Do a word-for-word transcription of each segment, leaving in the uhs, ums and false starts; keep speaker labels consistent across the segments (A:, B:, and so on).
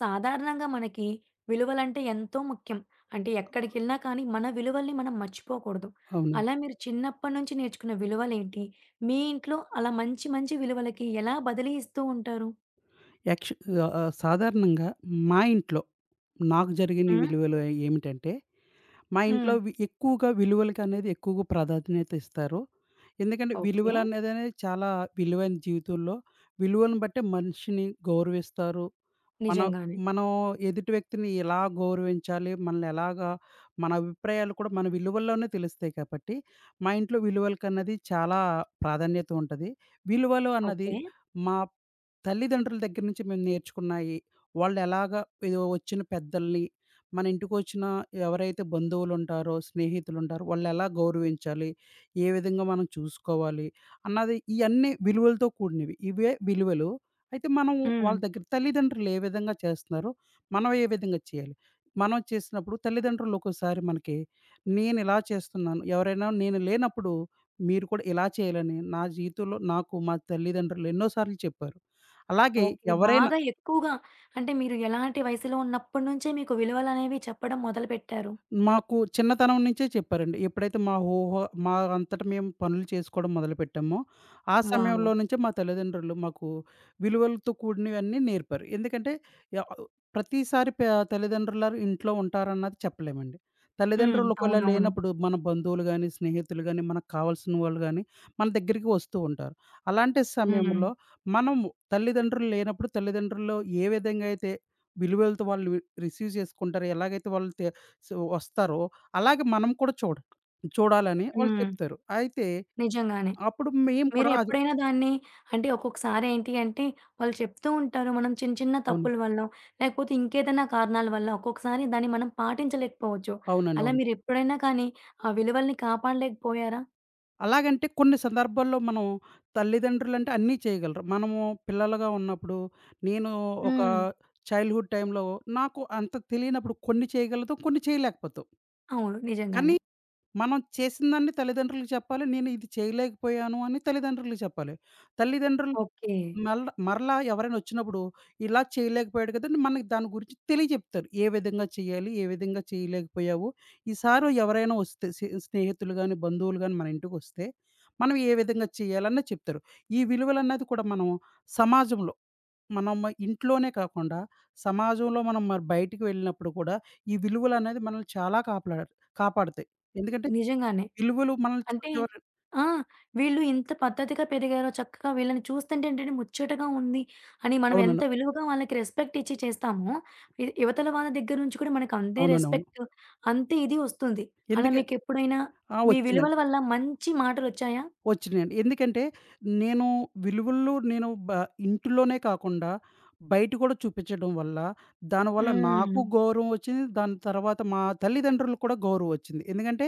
A: సాధారణంగా మనకి విలువలంటే ఎంతో ముఖ్యం. అంటే ఎక్కడికెళ్ళినా కానీ మన విలువల్ని మనం మర్చిపోకూడదు.
B: అవునండి.
A: అలా మీరు చిన్నప్పటి నుంచి నేర్చుకున్న విలువలేంటి? మీ ఇంట్లో అలా మంచి మంచి విలువలకి ఎలా బదిలీ ఇస్తూ ఉంటారు?
B: యాక్చు ఆహ్, ఆహ్, సాధారణంగా మా ఇంట్లో నాకు జరిగిన
A: హ్మ్.
B: విలువలు ఏమిటంటే, మా
A: హ్మ్.
B: ఇంట్లో వి ఎక్కువగా విలువలకనేది ఎక్కువగా ప్రాధాన్యత ఇస్తారు. ఎందుకంటే
A: ఓకే.
B: విలువలనేదనేది చాలా విలువైన జీవితంలో విలువలను బట్టే మనిషిని గౌరవిస్తారు. మనం
A: నిజంగానే.
B: మనం ఎదుటి వ్యక్తిని ఎలా గౌరవించాలి, మనల్ని ఎలాగా మన అభిప్రాయాలు కూడా మన విలువల్లోనే తెలుస్తాయి కాబట్టి, మా ఇంట్లో విలువలకన్నది చాలా ప్రాధాన్యత ఉంటది. విలువలు అన్నది
A: ఓకే.
B: మా తల్లిదండ్రుల దగ్గర నుంచి మేము నేర్చుకున్నాయి. వాళ్ళు ఎలాగా ఏదో వచ్చిన పెద్దల్ని, మన ఇంటికొచ్చిన ఎవరైతే బంధువులుంటారో, స్నేహితులుంటారో వాళ్ళెలా గౌరవించాలి, ఏ విధంగా మనం చూసుకోవాలి అన్నది ఇయన్నీ విలువలతో కూడినవి. ఇవే విలువలు. అయితే మనం
A: హ్మ్.
B: వాళ్ళ దగ్గర తల్లిదండ్రులు ఏ విధంగా చేస్తున్నారో, మనం ఏ విధంగా చేయాలి? మనం చేసినప్పుడు తల్లిదండ్రులు ఒక్కోసారి మనకి, నేను ఇలా చేస్తున్నాను, ఎవరైనా నేను లేనప్పుడు మీరు కూడా ఇలా చేయాలని, నా జీవితంలో నాకు మా తల్లిదండ్రులు ఎన్నో సార్లు చెప్పారు. అలాగే
A: ఓకే.
B: ఎవరైనా
A: బాగా ఎక్కువగా అంటే మీరు ఎలాంటి వయసులో ఉన్నప్పటి నుంచే మీకు విలువలనేవి చెప్పడం మొదలుపెట్టారు?
B: మాకు చిన్నతనం నుంచే చెప్పారండి. ఎప్పుడైతే మా ఊహ మా అంతట మేము పనులు చేసుకోవడం మొదలుపెట్టామో, ఆ
A: వావ్!
B: సమయంలో నుంచే మా తల్లిదండ్రులు మాకు విలువలతో కూడినవన్నీ నేర్పారు. ఎందుకంటే య ప్రతిసారి ప తల్లిదండ్రులారు ఇంట్లో ఉంటారన్నది చెప్పలేమండి.
A: హ్మ్.
B: తల్లిదండ్రులు ఒకవేళ
A: అవునవును.
B: లేనప్పుడు మన బంధువులు గానీ, స్నేహితులు గానీ, మనకు కావాల్సిన వాళ్ళు గానీ, మన దగ్గరికి వస్తూ ఉంటారు. అలాంటి
A: హ్మ్.
B: సమయంలో మనము తల్లిదండ్రులు లేనప్పుడు తల్లిదండ్రులు ఏ విధంగా అయితే విలువలతో వాళ్ళు రిసీవ్ చేసుకుంటారో, ఎలాగైతే వాళ్ళు తే సో, వస్తారో, అలాగే మనం కూడా చూడ చూడాలని వాళ్ళు
A: హ్మ్.
B: చెప్తారు. అయితే
A: నిజంగానే.
B: అప్పుడు మేము కూడా అది
A: మీరెప్పుడైనా దాన్ని, అంటే ఒక్కొక్కసారి ఏంటి అంటే, వాళ్ళు చెప్తూ ఉంటారు. మనం చిన్న చిన్న
B: అవును.
A: తప్పుల వల్లో, లేకపోతే ఇంకేదైనా కారణాల వల్ల ఒక్కొక్కసారి దాన్ని మనం పాటించలేకపోవచ్చు.
B: అవునండి.
A: అలా
B: అవును.
A: మీరెప్పుడైనా కానీ, ఆ విలువల్ని కాపాడలేకపోయారా?
B: అలాగంటే కొన్ని సందర్భాల్లో మనం తల్లిదండ్రులంటే అన్నీ చేయగలరు. మనము పిల్లలుగా ఉన్నప్పుడు నేను ఒక
A: హ్మ్.
B: చైల్డ్‌హుడ్ టైమ్‌లో నాకు అంత తెలియనప్పుడు కొన్ని చేయగలుగుతాం, కొన్ని చేయలేకపోతాం.
A: అవును.
B: కానీ
A: నిజంగానే.
B: మనం చేసిందాన్ని తల్లిదండ్రులకు చెప్పాలి. నేను ఇది చేయలేకపోయాను అని తల్లిదండ్రులకు చెప్పాలి. తల్లిదండ్రులు
A: ఓకే.
B: మళ్ళ మరలా ఎవరైనొచ్చినప్పుడు, ఇలా చేయలేకపోయాడు కదండీ! మనకి దాని గురించి తెలియజెప్తారు. ఏ విధంగా చేయాలి? ఏ విధంగా చేయలేకపోయావు? ఈసారి ఎవరైనా వస్తే సె స్నేహితులు గాని, బంధువులు గాని మన ఇంటికొస్తే, మనం ఏ విధంగా చేయాలన్నది చెప్తారు. ఈ విలువలన్నది కూడా మనం సమాజంలో మనం మ ఇంట్లోనే కాకుండా, సమాజంలో మనం మరి బయటికి వెళ్ళినప్పుడు కూడా, ఈ విలువలనేది మనల్ని చాలా కాపలా కాపాడతాయి. ఎందుకంటే,
A: నిజంగానే.
B: విలువలు మనల్ని
A: అంటే
B: చూసి ఎవరు
A: ఆ! వీళ్ళు ఇంత పద్ధతిగా పెరిగారో చక్కగా వీళ్ళని చూస్తుంటే ఏంటంటే ముచ్చటగా ఉంది అని మనం ఎంత
B: అవునండి.
A: విలువగా వాళ్ళకి రెస్పెక్ట్ ఇచ్చి చేస్తామో, ఇ ఇవతల వాళ్ళ దగ్గర నుంచి కూడా మనకు అంతే
B: అవునండి. అవును.
A: రెస్పెక్ట్, అంతే ఇది వస్తుంది. అలా
B: ఎందుకే
A: మీకెప్పుడైనా
B: ఆ!
A: మీ
B: వచ్చిందండి.
A: విలువల వల్ల మంచి మాటలొచ్చాయా?
B: వచ్చినాయండి. ఎందుకంటే నేను విలువలు నేను బ ఇంటిలోనే కాకుండా బయట కూడా చూపించడం వల్ల, దానివల్ల
A: హ్మ్.
B: నాకు గౌరవం వచ్చింది. దాని తర్వాత మా తల్లిదండ్రులకు కూడా గౌరవం వచ్చింది. ఎందుకంటే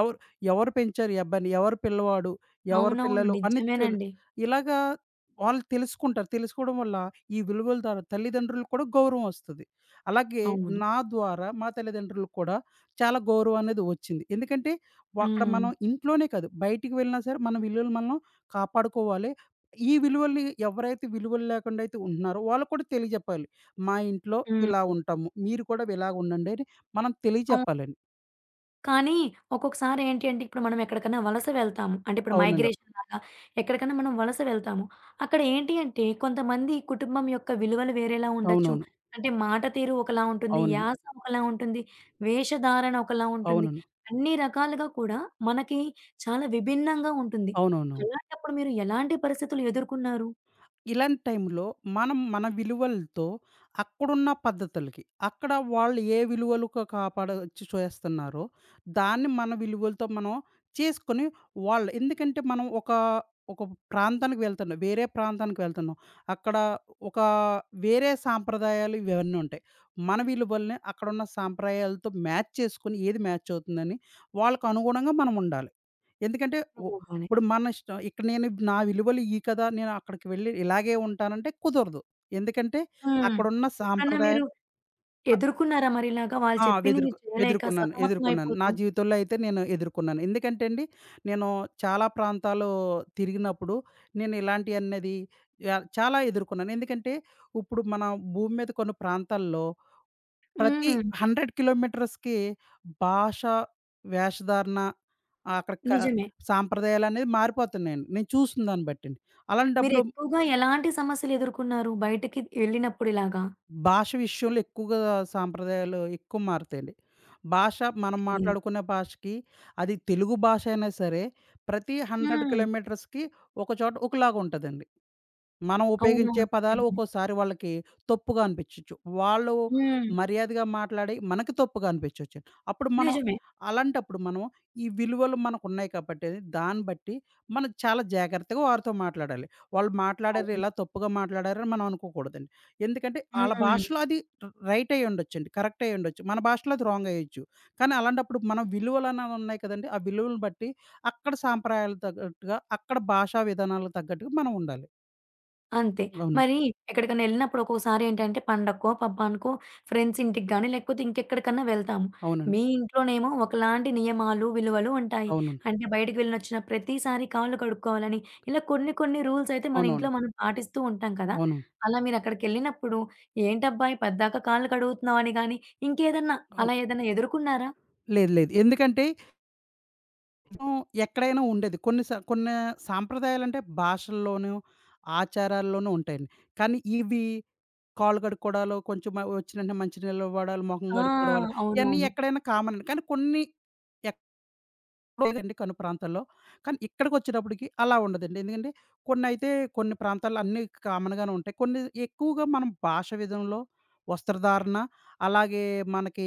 B: ఎవరు ఎవరు పెంచారు ఈ అబ్బాయిని? ఎవరు పిల్లవాడు? ఎవరు
A: అవునవును.
B: పిల్లలు? అని తెలు
A: నిజమేనండి.
B: ఇలాగా వాళ్ళు తెలుసుకుంటారు. తెలుసుకోవడం వల్ల ఈ విలువల ద్వారా తల్లిదండ్రులకు కూడా గౌరవం వస్తది. అలాగే
A: అవును.
B: నా ద్వారా మా తల్లిదండ్రులకు కూడా చాలా గౌరవం అనేది వచ్చింది. ఎందుకంటే అక్కడ
A: హ్మ్.
B: మనం ఇంట్లోనే కాదు, బయటికి వెళ్ళినా సరే మన విలువలు మనం కాపాడుకోవాలి. ఈ విలువల్ని ఎవరైతే విలువలు లేకుండా అయితే ఉంటున్నారో వాళ్ళకి కూడా తెలియజెప్పాలి. మా ఇంట్లో
A: హ్మ్.
B: ఇలా ఉంటాము. మీరు కూడా ఇలాగ ఉండండి అని మనం
A: అవును.
B: తెలియజెప్పాలండి.
A: కానీ ఒక్కొక్కసారి ఏంటి అంటే, ఇప్పుడు మనం ఎక్కడికన్నా వలస వెళ్తాము. అంటే ఇప్పుడు
B: అవునండి.
A: మైగ్రేషన్‌లాగా ఎక్కడికన్నా మనం వలస వెళ్తాము. అక్కడ ఏంటి అంటే, కొంతమంది కుటుంబం యొక్క విలువలు వేరేలా ఉండొచ్చు.
B: అవునవును.
A: అంటే మాట తీరు ఒకలా ఉంటుంది.
B: అవునండి.
A: యాస ఒకలా ఉంటుంది. వేషధారణ ఒకలా ఉంటుంది.
B: అవునండి.
A: అన్ని రకాలుగా కూడా మనకి చాలా విభిన్నంగా ఉంటుంది.
B: అవునవును.
A: అలాంటప్పుడు మీరు ఎలాంటి పరిస్థితులు ఎదుర్కొన్నారు?
B: ఇలాంటి టైంలో మనం మన విలువలతో అక్కడున్న పద్ధతులకి, అక్కడ వాళ్ళు ఏ విలువలుగా కాపాడొచ్చు చేస్తున్నారో, దాన్ని మన విలువలతో మనం చేసుకొని వాళ్ళు ఎందుకంటే మనం ఒక, ఒక ప్రాంతానికి వెళ్తున్నాం. వేరే ప్రాంతానికి వెళ్తున్నాం. అక్కడ ఒక వేరే సాంప్రదాయాలు ఇవన్నీ ఉంటాయి. మన విలువల్ని అక్కడున్న సాంప్రదాయాలతో మ్యాచ్ చేసుకొని ఏది మ్యాచ్ అవుతుందని వాళ్ళకనుగుణంగా మనం ఉండాలి. ఎందుకంటే
A: నిజంగానే.
B: ఇప్పుడు మన ఇష్టం. ఇక్కడ నేను నా విలువలు ఈ కదా! నేను అక్కడికి వెళ్ళి ఇలాగే ఉంటానంటే కుదరదు. ఎందుకంటే
A: హ్మ్.
B: అక్కడున్న
A: ఎప్పుడన్నా
B: సాంప్రదాయ
A: మీరు
B: అ
A: ఎదుర్కొన్నారా మరిలాగా? వాళ్ళు
B: ఆ!
A: చెప్పింది మీరు
B: వెదురుకు
A: చేయలేక
B: వెదురుకున్నాను.
A: సతమతం
B: ఎదుర్కొన్నాను. నా
A: అయిపోతూ?
B: జీవితంలో అయితే నేను ఎదుర్కొన్నాను. ఎందుకంటే అండి, నేను చాలా ప్రాంతాలు తిరిగినప్పుడు నేను ఇలాంటియన్నది యాహ్, చాలా ఎదుర్కొన్నాను. ఎందుకంటే ఇప్పుడు మన భూమి మీద కొన్ని ప్రాంతాల్లో ప్రతి
A: హ్మ్.
B: వంద కిలోమీటర్స్‌కి భాష, వేషధారణ ఆ అక్కడ క
A: నిజమే.
B: సాంప్రదాయాలనేవి మారిపోతున్నాయండి. నేను చూసిన దాన్ని బట్టండి. అలాంటప్పుడు
A: మీరెక్కువగా ఎలాంటి సమస్యలెదుర్కున్నారు బయటికి ఎళ్ళినప్పుడు ఇలాగా?
B: భాష విషయంలో ఎక్కువగా సాంప్రదాయాలు ఎక్కువ మారతాయండి. భాష మనం
A: ఓకే.
B: మాట్లాడుకునే భాషకి అది తెలుగు భాష అయినా సరే ప్రతి వంద
A: హ్మ్.
B: కిలోమీటర్స్‌కి ఒక చోట ఒకలాగా ఉంటదండి. మనం ఉపయోగించే
A: అవునవును.
B: పదాలు
A: నిజంగానే.
B: ఒక్కోసారి వాళ్ళకి తప్పుగా అనిపించొచ్చు. వాళ్ళు
A: హ్మ్.
B: మర్యాదగా మాట్లాడి మనకి తప్పుగా అనిపించొచ్చు. అప్పుడు మనం
A: నిజమే.
B: అలాంటప్పుడు మనం ఈ విలువలు మనకున్నాయి కాబట్టి దాన్ని బట్టి మనం చాలా జాగ్రత్తగా వారితో మాట్లాడాలి. వాళ్ళు మాట్లాడారు
A: అవును.
B: ఇలా తప్పుగా మాట్లాడారని మనం అనుకోకూడదండి. ఎందుకంటే ఆళ్ళ
A: హ్మ్.
B: భాషలో అది ర్ రైట్ అయ్యుండొచ్చండి. కరెక్ట్ అయ్యుండొచ్చు. మన భాషలో అది రాంగ్ అయ్యొచ్చు. కానీ అలాంటప్పుడు మనం విలువలనేవి ఉన్నాయి కదండీ! ఆ విలువలను బట్టి అక్కడ సాంప్రదాయాలకు తగ్గట్టుగా అక్కడ భాషా విధానాలకు తగ్గట్టుగా మనం ఉండాలి.
A: అంతే.
B: అవును.
A: మరి ఎక్కడికైనా ఎళ్ళినప్పుడు ఒక్కోసారి ఏంటంటే పండక్కో, పబ్బానికో, ఫ్రెండ్స్ ఇంటికి గాని, లేకపోతే ఇంకెక్కడికన్నా వెళ్తాము.
B: అవునండి.
A: మీ ఇంట్లోనేమో ఒకలాంటి నియమాలు, విలువలు ఉంటాయి.
B: అవునండి.
A: అంటే బయటికి వెళ్ళినొచ్చిన ప్రతిసారి కాళ్ళు కడుక్కోవాలని, ఇలా కొన్ని కొన్ని రూల్స్ అయితే మన ఇంట్లో
B: అవునవును.
A: మనం పాటిస్తూ ఉంటాం కదా!
B: అవును.
A: అలా మీరక్కడికెళ్ళినప్పుడు ఏంటబ్బాయి పద్దాక కాళ్ళు కడుగుతున్నావు అని గాని, ఇంకేదన్నా, అలా
B: అవును.
A: ఏదన్నా ఎదుర్కొన్నారా?
B: లేదు లేదు. ఎందుకంటే మనం ఎక్కడైనా ఉండేది. కొన్ని స కొన్ని సాంప్రదాయాలంటే భాషల్లోనూ, ఆచారాల్లోనూ ఉంటాయండి. కానీ ఇవి కాళ్ళు కడుక్కోవడాలు, కొంచెం మ వచ్చిన వెంటనే మంచినీళ్ళు ఇవ్వడాలు, మొఖం
A: ఆ!
B: కడుక్కోవడాలు ఇయన్నీ
A: అవునవును.
B: ఎక్కడైనా కామన్ అండి. కానీ కొన్ని ఎక్ లేదండి కొన్ని ప్రాంతాల్లో. కానీ ఇక్కడికొచ్చేటప్పటికి అలా ఉండదండి. ఎందుకంటే కొన్నైతే కొన్ని ప్రాంతాల్లో అన్నీ కామన్‌గానే ఉంటాయి. కొన్ని ఎక్కువగా మనం భాష విధంలో, వస్త్రధారణ అలాగే మనకి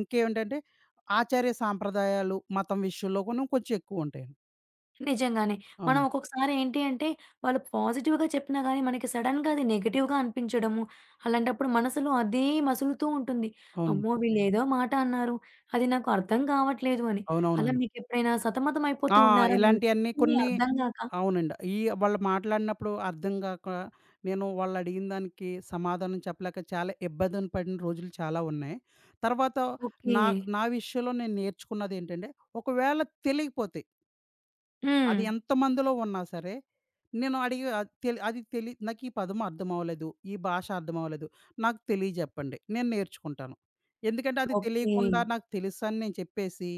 B: ఇంకేంటంటే ఆచార్య సాంప్రదాయాలు, మతం విషయంలో కూడా కొంచెం ఎక్కువుంటాయండి.
A: నిజంగానే. మనం
B: అవును.
A: ఒక్కొక్కసారి ఏంటి అంటే, వాళ్ళు పాజిటివ్‌గా చెప్పినా గాని, మనకి సడెన్‌గా అది నెగెటివ్‌గా అనిపించడము. అలాంటప్పుడు మనసులో అదే మసులుతూ ఉంటుంది.
B: అవును.
A: అమ్మో! వీళ్ళేదో మాట అన్నారు. అది నాకు అర్థం కావట్లేదు అని. అలా
B: అవునవునండి.
A: మీకెప్పుడైనా సతమతం అయిపోతూ
B: ఆ!
A: ఉన్నారా? వాళ్ళు
B: ఇలాంటియన్నీ
A: చెప్పింది
B: కొన్ని
A: అర్థం గాక?
B: అవునండి. ఈ వాళ్ళు మాట్లాడినప్పుడు అర్థం గాక, నేను వాళ్ళడిగిన దానికి సమాధానం చెప్పలేక చాలా ఇబ్బందులు పడిన రోజులు చాలా ఉన్నాయి. తర్వాత
A: ఓకే.
B: నా నా విషయంలో నేను నేర్చుకున్నదేంటంటే, ఒకవేళ తెలియకపోతే
A: హ్మ్.
B: అది ఎంతమందిలో ఉన్నా సరే, నేను అడిగి అది తెలి అది తెలి నాకు ఈ పదం అర్థం అవ్వలేదు, ఈ భాష అర్థం అవ్వలేదు. నాకు తెలియజెప్పండి. నేను నేర్చుకుంటాను. ఎందుకంటే అది
A: ఓకే.
B: తెలియకుండా నాకు తెలుసని నేను చెప్పేసి,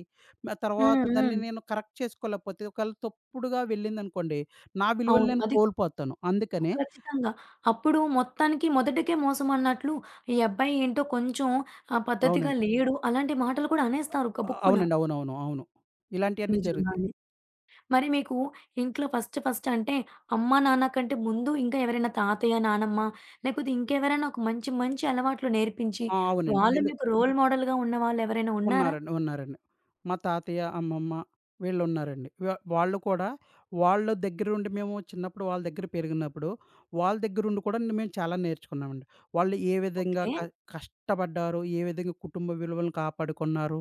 B: మ
A: హ్మ్.
B: తర్వాత దాన్ని
A: హ్మ్.
B: నేను కరెక్ట్ చేసుకోలేకపోతే ఒకవేళ తప్పుడుగా వెళ్ళిందనుకోండి, నా విలువలు
A: అవును.
B: నేను
A: అది
B: కోల్పోతాను. అందుకనే
A: ఖచ్చితంగా. అప్పుడు మొత్తానికి మొదటికే మోసం అన్నట్లు, ఈ అబ్బాయి ఏంటో కొంచెం ఆహ్, పద్ధతిగా
B: అవునండి.
A: లేడు. అలాంటి మాటలు కూడా అనేస్తారు
B: ఆ-
A: గబుక్కున.
B: అవునండి. అవునవును. అవును. ఇలాంటియన్నీ జరుగుతాయి.
A: నిజంగానే. మరి మీకు ఇంట్లో ఫస్ట్ ఫస్ట్ అంటే అమ్మా, నాన్న కంటే ముందు ఇంకా ఎవరైనా తాతయ్య, నానమ్మ, లేకపోతే ఇంకెవరైనా ఒక మంచి మంచి అలవాట్లు నేర్పించి,
B: ఆ! అవునండి.
A: వాళ్ళు అవును.
B: ఎందు
A: మీకు రోల్ మోడల్‌గా ఉన్నవాళ్ళెవరైనా ఉన్నారా?
B: ఉన్నారండి. ఉన్నారండి. మా తాతయ్య, అమ్మమ్మ వీళ్ళున్నారండి. వ వాళ్ళు కూడా వాళ్ళ దగ్గరుండి మేము చిన్నప్పుడు వాళ్ళ దగ్గర పెరిగినప్పుడు, వాళ్ళ దగ్గరుండి కూడా మేము చాలా నేర్చుకున్నామండి. వాళ్ళు ఏ విధంగా
A: ఓకే.
B: క కష్టపడ్డారు, ఏ విధంగా కుటుంబ విలువలను కాపాడుకున్నారు,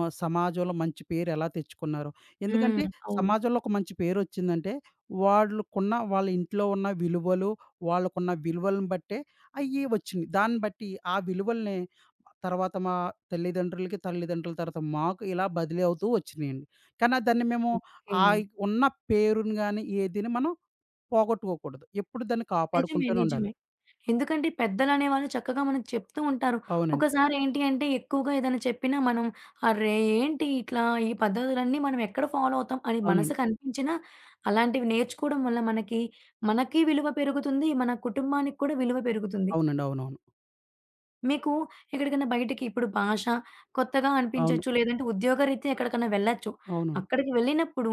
B: ఆహ్, సమాజంలో మంచి పేరు ఎలా తెచ్చుకున్నారు.
A: హ్మ్.
B: ఎందుకంటే
A: అవును.
B: సమాజంలో ఒక మంచి పేరొచ్చిందంటే, వాళ్ళకున్న వాళ్ళ ఇంట్లో ఉన్న విలువలు, వాళ్ళకున్న విలువలను బట్టే అయ్యి వచ్చింది. దాన్ని బట్టి ఆ విలువల్ని తర్వాత మా తల్లిదండ్రులకి, తల్లిదండ్రుల తర్వాత మాకు ఇలా బదిలీ అవుతూ వచ్చినియండి. కానీ దాన్ని మేము
A: ఓకే.
B: ఆయి ఉన్న పేరుని గాని, ఏదీని మనం పోగొట్టుకోకూడదు. ఎప్పుడు దాన్ని
A: నిజమే.
B: కాపాడుకుంటూనే
A: నిజమే.
B: ఉండాలి.
A: ఎందుకంటే పెద్దలనేవాళ్ళు చక్కగా మనకు చెప్తూ ఉంటారు.
B: అవునండి.
A: ఒకసారి ఏంటి అంటే ఎక్కువగా ఏదైనా చెప్పినా మనం అర్రే! ఏంటి ఇట్లా ఈ పద్ధతులన్నీ మనం ఎక్కడ ఫాలో అవుతాం అని
B: అవునండి.
A: మనసుకు అనిపించినా, అలాంటివి నేర్చుకోవడం వల్ల మనకి, మనకి విలువ పెరుగుతుంది. మన కుటుంబానికి కూడా విలువ పెరుగుతుంది.
B: అవునండి. అవునవును.
A: మీకు ఎక్కడికైనా బయటికి ఇప్పుడు భాష కొత్తగా
B: అవును. అవును.
A: అనిపించొచ్చు. లేదంటే ఉద్యోగరీత్యా ఎక్కడికన్నా వెళ్ళొచ్చు.
B: అవును.
A: అక్కడికి వెళ్ళినప్పుడు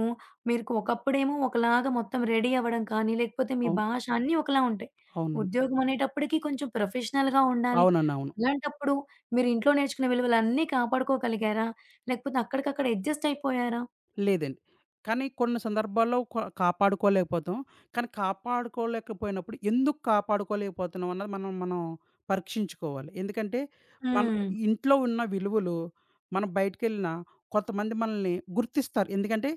A: మీకు ఒకప్పుడేమో ఒకలాగా మొత్తం రెడీ అవ్వడం కానీ, లేకపోతే మీ
B: అవును.
A: భాష అన్నీ ఒకలా ఉంటాయి.
B: అవునండి.
A: ఉద్యోగం అనేటప్పటికి కొంచెం ప్రొఫెషనల్‌గా ఉండాలి.
B: అవునండి. అవును.
A: అలాంటప్పుడు మీరు ఇంట్లో నేర్చుకున్న విలువలన్నీ కాపాడుకోగలిగారా? లేకపోతే అక్కడికక్కడ అడ్జస్ట్ అయిపోయారా?
B: లేదండి. కానీ కొన్ని సందర్భాల్లో క కాపాడుకోలేకపోతాం. కానీ కాపాడుకోలేకపోయినప్పుడు ఎందుకు కాపాడుకోలేకపోతున్నాం అన్నది మనం మనం పరీక్షించుకోవాలి. ఎందుకంటే మన
A: హ్మ్.
B: ఇంట్లో ఉన్న విలువలు మనం బయటికెళ్ళినా కొంతమంది మనల్ని గుర్తిస్తారు. ఎందుకంటే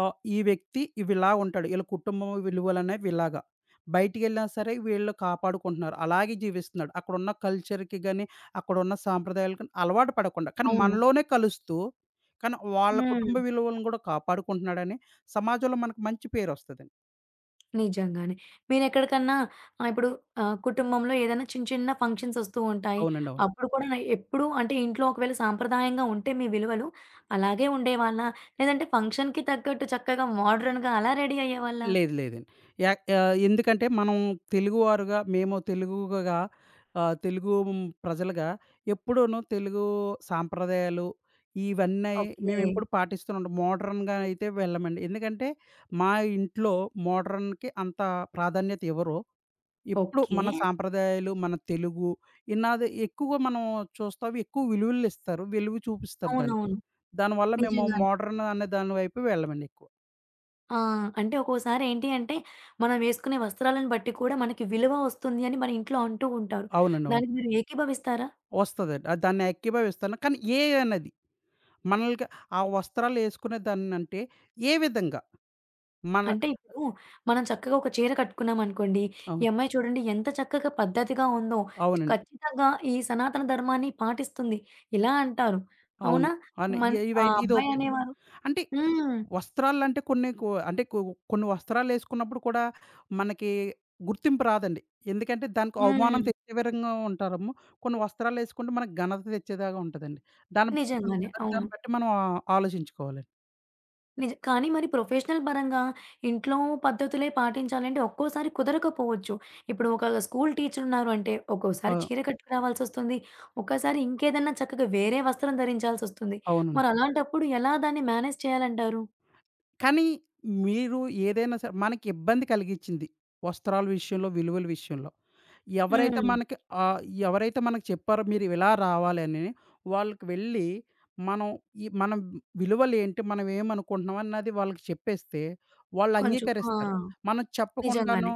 B: ఆహ్, ఈ వ్యక్తి ఇవిలా ఉంటాడు. వీళ్ళ కుటుంబం విలువలనేవి ఇలాగా. బయటికెళ్ళినా సరే వీళ్ళు కాపాడుకుంటున్నారు. అలాగే జీవిస్తున్నాడు. అక్కడున్న కల్చర్‌కి గాని, అక్కడున్న సాంప్రదాయాలకు గాని అలవాటు పడకుండా కానీ
A: అవును.
B: మనలోనే కలుస్తూ కానీ వాళ్ళ
A: హ్మ్.
B: కుటుంబ విలువలను కూడా కాపాడుకుంటున్నాడని సమాజంలో మనకు మంచి పేరొస్తదండి.
A: నిజంగానే. మీరెక్కడికన్నా ఆహ్, ఇప్పుడు ఆహ్, కుటుంబంలో ఏదైనా చిన్న చిన్న ఫంక్షన్స్ ఒస్తూ ఉంటాయి.
B: అవునండి. అవును.
A: అప్పుడు కూడా న ఎప్పుడు అంటే ఇంట్లో ఒకవేళ సాంప్రదాయంగా ఉంటే మీ విలువలు అలాగే ఉండేవాళ్ళా? లేదంటే ఫంక్షన్‌కి తగ్గట్టు చక్కగా మోడర్న్‌గా అలా రెడీ అయ్యేవాళ్ళా?
B: లేదు లేదండి. యా ఆహ్, ఎందుకంటే మనం తెలుగువారుగా మేము తెలుగుగా ఆహ్, తెలుగు ప్రజలుగా ఎప్పుడూను తెలుగు సాంప్రదాయాలు ఇవన్నీ
A: ఓకే.
B: మేమెప్పుడు పాటిస్తున్నాం. మోడర్న్‌గా అయితే వెళ్ళమండి. ఎందుకంటే మా ఇంట్లో మోడర్న్‌కి అంత ప్రాధాన్యత ఇవ్వరు. ఎప్పుడు
A: ఓకే.
B: మన సాంప్రదాయాలు, మన తెలుగు ఇన్నాది ఎక్కువగా మనం చూస్తాం. ఎక్కువ విలువలు ఇస్తారు. విలువ చూపిస్తారు దానికి.
A: అవునవును.
B: దానివల్ల మేము
A: నిజంగానే.
B: మోడర్న్ అనే దాని వైపు వెళ్ళమండి ఎక్కువ.
A: ఆ! అంటే ఒక్కోసారి ఏంటి అంటే మనం వేసుకునే వస్త్రాలను బట్టి కూడా మనకి విలువ ఒస్తుంది అని మన ఇంట్లో అంటూ ఉంటారు.
B: అవునండి. అవును.
A: దానికి మీరు ఏకీభవిస్తారా?
B: వస్తదండి. ఆహ్, దాన్ని ఏకీభవిస్తాను. కానీ ఏ అనేది మనల్ని ఆ వస్త్రాలు ఏసుకునే దాన్నంటే ఏ విధంగా మన
A: అంటే ఇప్పుడు మనం చక్కగా ఒక చీర కట్టుకున్నామనుకోండి, ఈ
B: అవును.
A: అమ్మాయి చూడండి ఎంత చక్కగా పద్ధతిగా ఉందో,
B: అవునండి.
A: ఖచ్చితంగా ఈ సనాతన ధర్మాన్ని పాటిస్తుంది ఇలా అంటారు.
B: అవును.
A: అవునా?
B: అవును. ఇ
A: మన్ ఆ
B: ఇవైతే ఇది
A: అబ్బాయి
B: ఓకే.
A: అనేవారు.
B: అంటే
A: హ్మ్.
B: వస్త్రాలంటే కొన్ని కొ అంటే కొ కొన్ని వస్త్రాలేసుకున్నప్పుడు కూడా మనకి గుర్తింపు రాదండి. ఎందుకంటే దానికి అవమానం
A: హ్మ్.
B: తెచ్చే విధంగా ఉంటారము. కొన్ని వస్త్రాలేసుకుంటే మనకు ఘనత తెచ్చేలాగా ఉంటదండి. దాన్ని బట్టి
A: నిజంగానే.
B: మనం
A: అవును.
B: దాన్ని బట్టి మనం ఆలోచించుకోవాలి.
A: నిజ కానీ మరి ప్రొఫెషనల్ పరంగా ఇంట్లో పద్ధతులే పాటించాలంటే ఒక్కోసారి కుదరకపోవచ్చు. ఇప్పుడు ఒక స్కూల్ టీచర్ ఉన్నారు అంటే
B: ఆ!
A: ఒక్కోసారి చీర కట్టుకు రావాల్సొస్తుంది. ఒక్కోసారి ఇంకేదన్నా చక్కగా వేరే వస్త్రం ధరించాల్సొస్తుంది.
B: అవునండి.
A: మరి అలాంటప్పుడు ఎలా దాన్ని మేనేజ్ చేయాలంటారు?
B: కానీ మీరు ఏదైనా సరే మనకి ఇబ్బంది కలిగించింది. వస్త్రాల విషయంలో, విలువల విషయంలో. ఎవరైతే
A: హ్మ్.
B: మనకి ఆహ్, ఎవరైతే మనకు చెప్పారో మీరు ఇలా రావాలని, వాళ్ళకి వెళ్ళి మనం ఈ మనం విలువలేంటి, మనం ఏమనుకుంటున్నాం అన్నది వాళ్ళకి చెప్పేస్తే వాళ్ళు
A: కొంచెం ఆ!
B: అంగీకరిస్తారు. మనం
A: నిజంగానే.
B: చెప్పకుండాను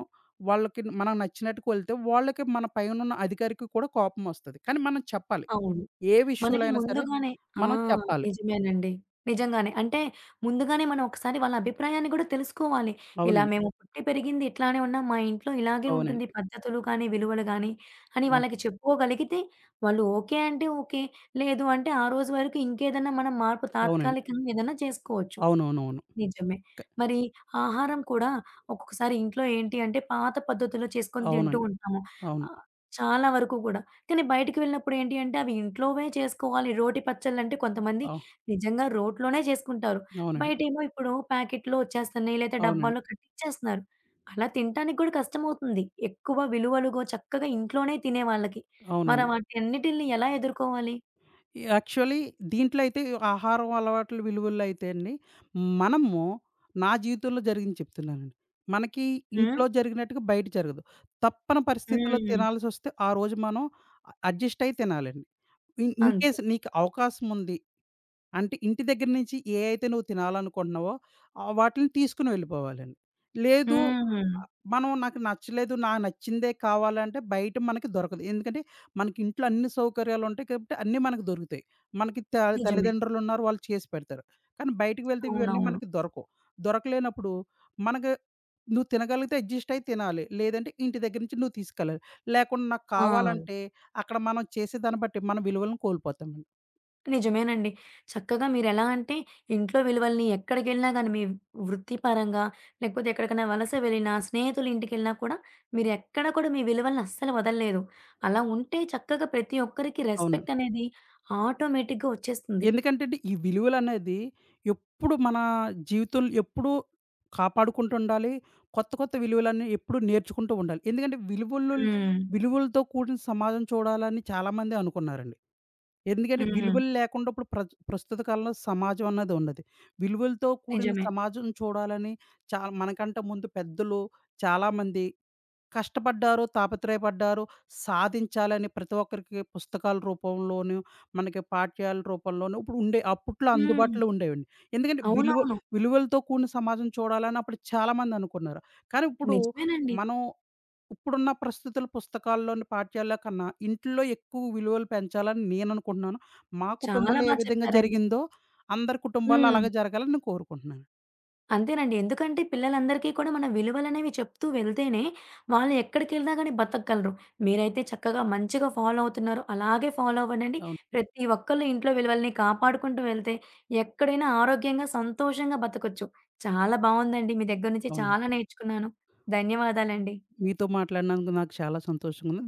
B: వాళ్ళకి మనకు నచ్చినట్టుగా వెళ్తే వాళ్ళకి మన పైనున్న అధికారికి కూడా కోపమొస్తది. కానీ మనం చెప్పాలి.
A: అవును.
B: ఏ విషయంలో
A: మనకి
B: అయినా సరే
A: ముందుగానే ఆ!
B: మనం చెప్పాలి.
A: నిజమేనండి. నిజంగానే. అంటే ముందుగానే మనం ఒకసారి వాళ్ళ అభిప్రాయాన్ని గూడా తెలుసుకోవాలి. ఇలా
B: అవునండి.
A: మేము పుట్టి పెరిగింది ఇట్లానే ఉన్నాం. మా ఇంట్లో ఇలాగే
B: అవునండి.
A: ఉంటుంది పద్ధతులు కానీ, విలువలు గానీ అని
B: అవును.
A: వాళ్ళకి చెప్పుకోగలిగితే వాళ్ళు ఓకే అంటే ఓకే. లేదు అంటే ఆ రోజు వరకు ఇంకేదన్నా మనం మార్పు
B: అవునండి.
A: తాత్కాలికంగా ఏదన్నా చేసుకోవచ్చు.
B: అవునవునవును.
A: నిజమే.
B: క
A: మరి ఆహారం కూడా ఒక్కొక్కసారి ఇంట్లో ఏంటి అంటే పాత పద్ధతుల్లో చేసుకొని తింటూ
B: అవునండి.
A: ఉంటాము.
B: అవును.
A: ఆహ్, చాలా వరకు కూడా. కానీ బయటికి వెళ్ళినప్పుడు ఏంటి అంటే అవి ఇంట్లోవే చేసుకోవాలి. రోటి పచ్చళ్ళంటే కొంతమంది
B: అవు
A: నిజంగా రోట్లోనే చేసుకుంటారు.
B: అవునండి.
A: బయటేమో ఇప్పుడు ప్యాకెట్‌లో వచ్చేస్తున్నాయి. లేతే
B: అవునండి.
A: డబ్బాల్లో కట్టిచ్చేస్తున్నారు. అలా తినటానికి కూడా కష్టమవుతుంది. ఎక్కువ విలువలుగో చక్కగా ఇంట్లోనే తినే వాళ్ళకి. మరి
B: అవునవును.
A: వాటన్నిటిల్ని ఎలా ఎదుర్కోవాలి?
B: యాక్చువల్లీ దీంట్లో అయితే ఆహారం అలవాట్ల విలువల్లో అయితే అండి, మనము నా జీవితంలో జరిగింది చెప్తున్నానండి. మనకి
A: హ్మ్.
B: ఇంట్లో జరిగినట్టుగా బయట జరగదు. తప్పని పరిస్థితుల్లో
A: హ్మ్.
B: తినాల్సొస్తే ఆ రోజు మనం అడ్జస్ట్ అయ్యి తినాలండి. ఇన్
A: అంతే.
B: ఇన్‌కేస్ నీకు అవకాశం ఉంది అంటే ఇంటి దగ్గర నుంచి ఏ అయితే నువ్వు తినాలనుకుంటున్నావో ఆహ్, వాటిలిని తీసుకొని వెళ్ళిపోవాలండి. లేదు
A: హ్మ్.
B: ఆహ్, మనం నాకు నచ్చలేదు, నాకు నచ్చిందే కావాలంటే బయట మనకి దొరకదు. ఎందుకంటే మనకి ఇంట్లో అన్ని సౌకర్యాలుంటాయి కాబట్టి అన్నీ మనకు దొరుకుతాయి. మనకి త
A: నిజమే.
B: తల్లిదండ్రులున్నారు వాళ్ళు చేసి పెడతారు. కానీ బయటికి వెళ్తే ఇవన్నీ
A: అవునవును.
B: మనకి దొరకవు. దొరకలేనప్పుడు మనకు నువ్వు తినగలిగితే అడ్జస్ట్ అయ్యి తినాలి. లేదంటే ఇంటి దగ్గర నుంచి నువ్వు తీసుకెళ్ళాలి. లేకుండా నాకు
A: ఆ!
B: కావాలంటే అక్కడ మనం చేసే దాన్ని బట్టి మన విలువలను కోల్పోతామండి.
A: నిజమేనండి. చక్కగా మీరెలా అంటే, ఇంట్లో విలువల్ని ఎక్కడికెళ్ళినా గాని మీ వృత్తిపరంగా, లేకపోతే ఎక్కడికైనా వలస వెళ్ళినా, స్నేహితుల ఇంటికెళ్ళినా కూడా మీరెక్కడ కూడా మీ విలువల్ని అస్సలు వదలలేదు. అలా ఉంటే చక్కగా ప్రతి ఒక్కరికి
B: అవునండి.
A: రెస్పెక్ట్ అనేది ఆటోమేటిక్‌గా వచ్చేస్తుంది.
B: ఎందుకంటే అండి, ఈ విలువలనేది ఎప్పుడు మన జీవితం ఎప్పుడూ కాపాడుకుంటూ ఉండాలి. కొత్త, కొత్త విలువలన్నీ ఎప్పుడూ నేర్చుకుంటూ ఉండాలి. ఎందుకంటే విలువలు
A: హ్మ్.
B: విలువలతో కూడిన సమాజం చూడాలని చాలామంది అనుకున్నారండి. ఎందుకంటే
A: హ్మ్.
B: విలువలు లేకుండా ఇప్పుడు ప్రజ ప్రస్తుత కాలంలో సమాజం అన్నది ఉండదు. విలువలతో కూడిన
A: నిజమే.
B: సమాజం చూడాలని చాలా మనకంటే ముందు పెద్దలు చాలామంది కష్టపడ్డారు, తాపత్రయపడ్డారు, సాధించాలని ప్రతి ఒక్కరికి పుస్తకాల రూపంలోను, మనకి పాఠ్యాల రూపంలోను ఇప్పుడు ఉండే అప్పట్లో
A: హ్మ్.
B: అందుబాటులో ఉండేవండి. ఎందుకంటే విలువ
A: అవునవును.
B: విలువలతో కూడిన సమాజం చూడాలని అప్పుడు చాలామంది అనుకున్నారు. కానీ ఇప్పుడు
A: నిజమేనండి.
B: మనం ఇప్పుడున్న ప్రస్తుతుల పుస్తకాల్లోని పాఠ్యాల్లో కన్నా ఇంట్లో ఎక్కువ విలువలు పెంచాలని నేను అనుకుంటున్నాను. మా
A: చాలా
B: కుటుంబంలో
A: బా
B: ఏ విధంగా
A: చెప్పారండి.
B: జరిగిందో అందరి కుటుంబాల్లో
A: హ్మ్.
B: అలాగే జరగాలని నేను కోరుకుంటున్నాను.
A: అంతేనండి. ఎందుకంటే పిల్లలందరికీ కూడా మన విలువలనేవి చెప్తూ వెళ్తేనే, వాళ్ళు ఎక్కడికెళ్ళినా గానీ బతకగలరు. మీరైతే చక్కగా మంచిగా ఫాలో అవుతున్నారు. అలాగే ఫాలో అవ్వడండి.
B: అవును.
A: ప్రతి ఒక్కళ్ళు ఇంట్లో విలువల్ని కాపాడుకుంటూ వెళ్తే, ఎక్కడైనా ఆరోగ్యంగా, సంతోషంగా బతకొచ్చు. చాలా బావుందండి. మీ దగ్గర నుంచి
B: అవునండి.
A: చాలా నేర్చుకున్నాను. ధన్యవాదాలండి.
B: మీతో మాట్లాడినందుకు నాకు చాలా సంతోషంగా ఉంది.